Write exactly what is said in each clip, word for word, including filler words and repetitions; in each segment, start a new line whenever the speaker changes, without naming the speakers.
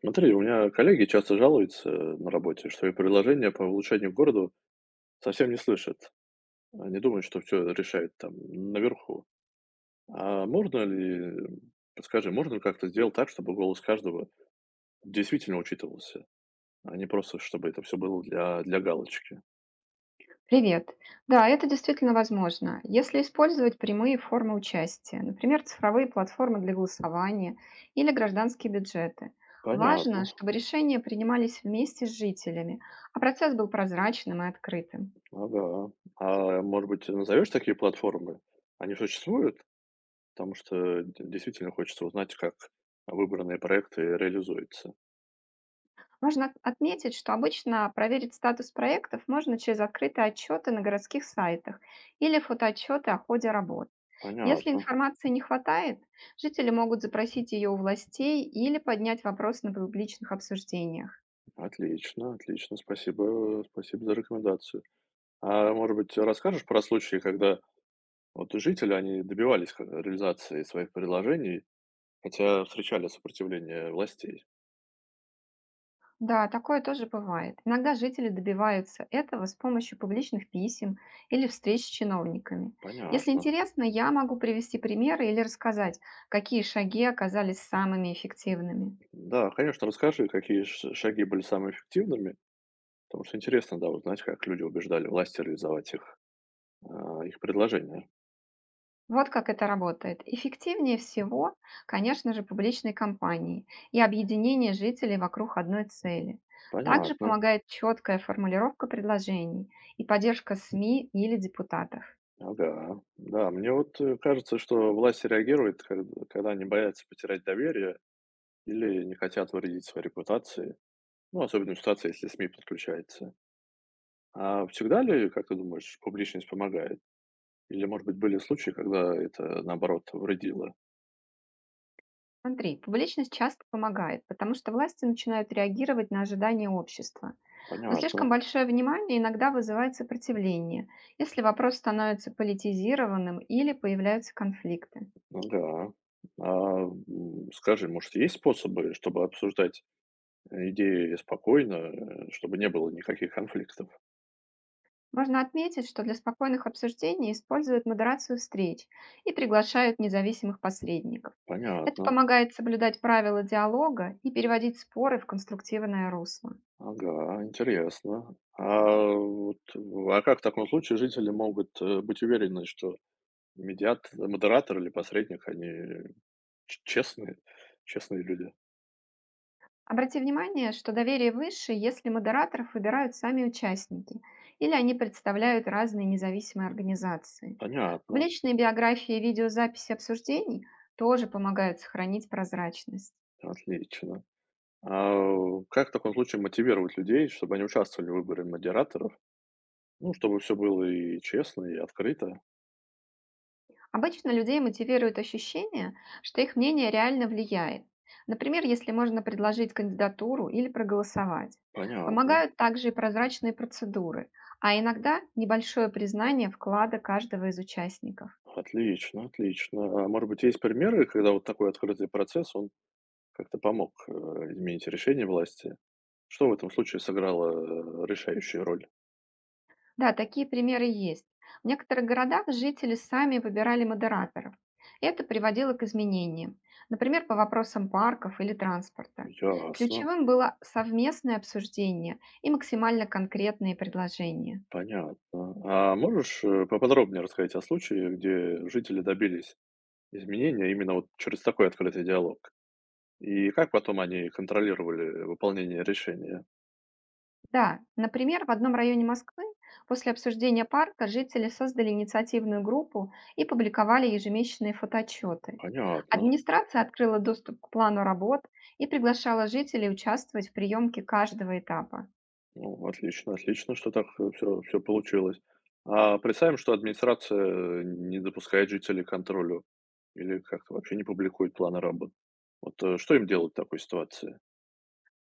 Смотри, у меня коллеги часто жалуются э, на работе, что их предложения по улучшению города совсем не слышат. Они думают, что все решает там наверху. А можно ли, подскажи, можно ли как-то сделать так, чтобы голос каждого действительно учитывался, а не просто, чтобы это все было для, для галочки?
Привет. Да, это действительно возможно, если использовать прямые формы участия, например, цифровые платформы для голосования или гражданские бюджеты. Важно,
Понятно,
чтобы решения принимались вместе с жителями, а процесс был прозрачным и открытым.
ага. А может быть, назовешь такие платформы? Они существуют? Потому что д- действительно хочется узнать, как выбранные проекты реализуются.
Можно от- отметить, что обычно проверить статус проектов можно через открытые отчеты на городских сайтах или фотоотчеты о ходе работ. Если
Понятно.
информации не хватает, жители могут запросить ее у властей или поднять вопрос на публичных обсуждениях.
Отлично, отлично. Спасибо, спасибо за рекомендацию. А может быть, расскажешь про случаи, когда вот жители, они добивались х- реализации своих предложений, хотя встречали сопротивление властей?
Да, такое тоже бывает. Иногда жители добиваются этого с помощью публичных писем или встреч с чиновниками. Если
Понятно.
интересно, я могу привести примеры или рассказать, какие шаги оказались самыми эффективными.
Да, конечно, расскажи, какие ш- шаги были самыми эффективными, потому что интересно, да, узнать, как люди убеждали власти реализовать их, а, их предложения.
Вот как это работает. Эффективнее всего, конечно же, публичные кампании и объединение жителей вокруг одной цели. Также
Понятно.
помогает четкая формулировка предложений и поддержка эс эм и или депутатов.
Ага. Да, мне вот э, кажется, что власти реагируют, когда когда они боятся потерять доверие или не хотят вредить своей репутации. Ну, особенно ситуация, если СМИ подключается. А всегда ли, как ты думаешь, публичность помогает? Или, может быть, были случаи, когда это, наоборот, вредило?
Смотри, публичность часто помогает, потому что власти начинают реагировать на ожидания общества. Но слишком
Понятно.
большое внимание иногда вызывает сопротивление, если вопрос становится политизированным или появляются конфликты.
Ну да. А, м, скажи, может, есть способы, чтобы обсуждать идеи спокойно, э, чтобы не было никаких конфликтов?
Можно отметить, что для спокойных обсуждений используют модерацию встреч и приглашают независимых посредников. Это
Понятно.
помогает соблюдать правила диалога и переводить споры в конструктивное русло.
Ага, интересно. А вот, в- а как в таком случае жители могут э, быть уверены, что медиат, модератор или посредник, они ч- честные, честные люди?
Обрати внимание, что доверие выше, если модераторов выбирают сами участники или они представляют разные независимые организации.
Понятно,
Публичные биографии и видеозаписи обсуждений тоже помогают сохранить прозрачность.
отлично. А, э, как в таком случае мотивировать людей, чтобы они участвовали в выборе модераторов? Ну, чтобы все было и честно, и открыто.
Обычно людей мотивирует ощущение, что их мнение реально влияет. Например, если можно предложить кандидатуру или проголосовать.
Понятно.
Помогают также и прозрачные процедуры, а иногда небольшое признание вклада каждого из участников.
Отлично, отлично. А может быть, есть примеры, когда вот такой открытый процесс, он как-то помог, э, изменить решение власти? Что в этом случае сыграло, э, решающую роль?
Да, такие примеры есть. В некоторых городах жители сами выбирали модераторов. Это приводило к изменениям, например, по вопросам парков или транспорта.
Ясно,
Ключевым было совместное обсуждение и максимально конкретные предложения.
понятно. А можешь, э, поподробнее рассказать о случае, где жители добились изменения именно вот через такой открытый диалог? И как потом они контролировали выполнение решения?
Да, например, в одном районе Москвы после обсуждения парка жители создали инициативную группу и публиковали ежемесячные фотоотчеты.
Понятно.
Администрация открыла доступ к плану работ и приглашала жителей участвовать в приемке каждого этапа.
Ну, отлично, отлично, что так все, все получилось. А представим, что администрация не допускает жителей к контролю или как-то вообще не публикует планы работ. Вот э, что им делать в такой ситуации?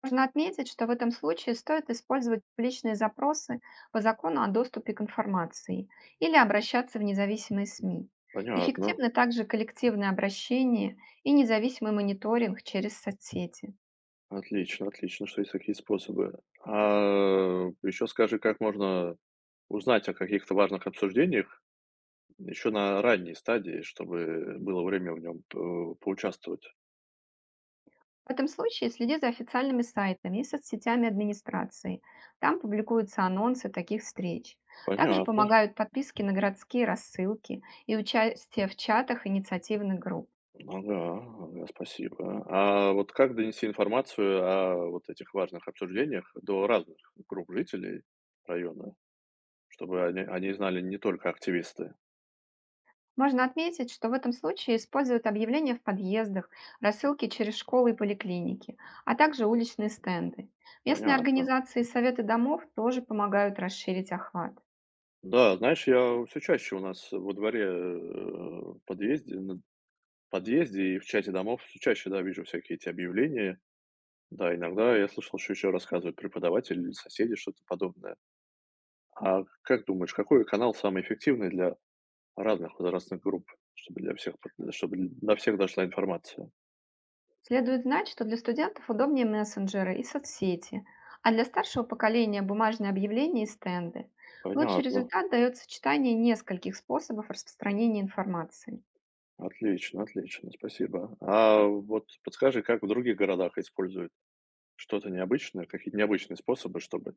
Можно отметить, что в этом случае стоит использовать публичные запросы по закону о доступе к информации или обращаться в независимые эс эм и.
Понятно.
Эффективны также коллективные обращения и независимый мониторинг через соцсети.
Отлично, отлично, что есть такие способы. А еще скажи, как можно узнать о каких-то важных обсуждениях еще на ранней стадии, чтобы было время в нем э, поучаствовать.
В этом случае следи за официальными сайтами и соцсетями администрации. Там публикуются анонсы таких встреч. Также
Понятно.
помогают подписки на городские рассылки и участие в чатах инициативных групп.
Ага, ага, спасибо. А вот как донести информацию о вот этих важных обсуждениях до разных групп жителей района, чтобы они, они знали не только активисты?
Можно отметить, что в этом случае используют объявления в подъездах, рассылки через школы и поликлиники, а также уличные стенды. Местные
Понятно.
организации и советы домов тоже помогают расширить охват.
Да, знаешь, я все чаще у нас во дворе, э, в подъезде, на подъезде и в чате домов все чаще, да, вижу всякие эти объявления. Да, иногда я слышал, что еще рассказывают преподаватели или соседи что-то подобное. А как думаешь, какой канал самый эффективный для разных возрастных групп, чтобы для всех, под- чтобы до всех дошла информация.
Следует знать, что для студентов удобнее мессенджеры и соцсети, а для старшего поколения бумажные объявления и стенды. Лучший
Понятно.
результат дает сочетание нескольких способов распространения информации.
Отлично, отлично, спасибо. А вот подскажи, как в других городах используют что-то необычное, какие-то необычные способы, чтобы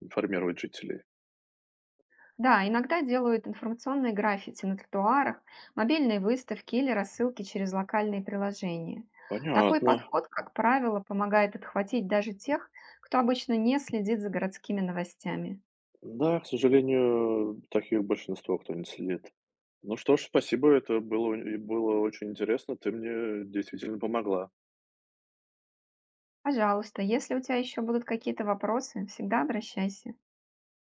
информировать жителей?
Да, иногда делают информационные граффити на тротуарах, мобильные выставки или рассылки через локальные приложения. Такой
Понятно.
подход, как правило, помогает отхватить даже тех, кто обычно не следит за городскими новостями.
Да, к сожалению, таких большинство кто не следит. Ну что ж, спасибо, это было, было очень интересно, ты мне действительно помогла.
Пожалуйста, если у тебя еще будут какие-то вопросы, всегда обращайся.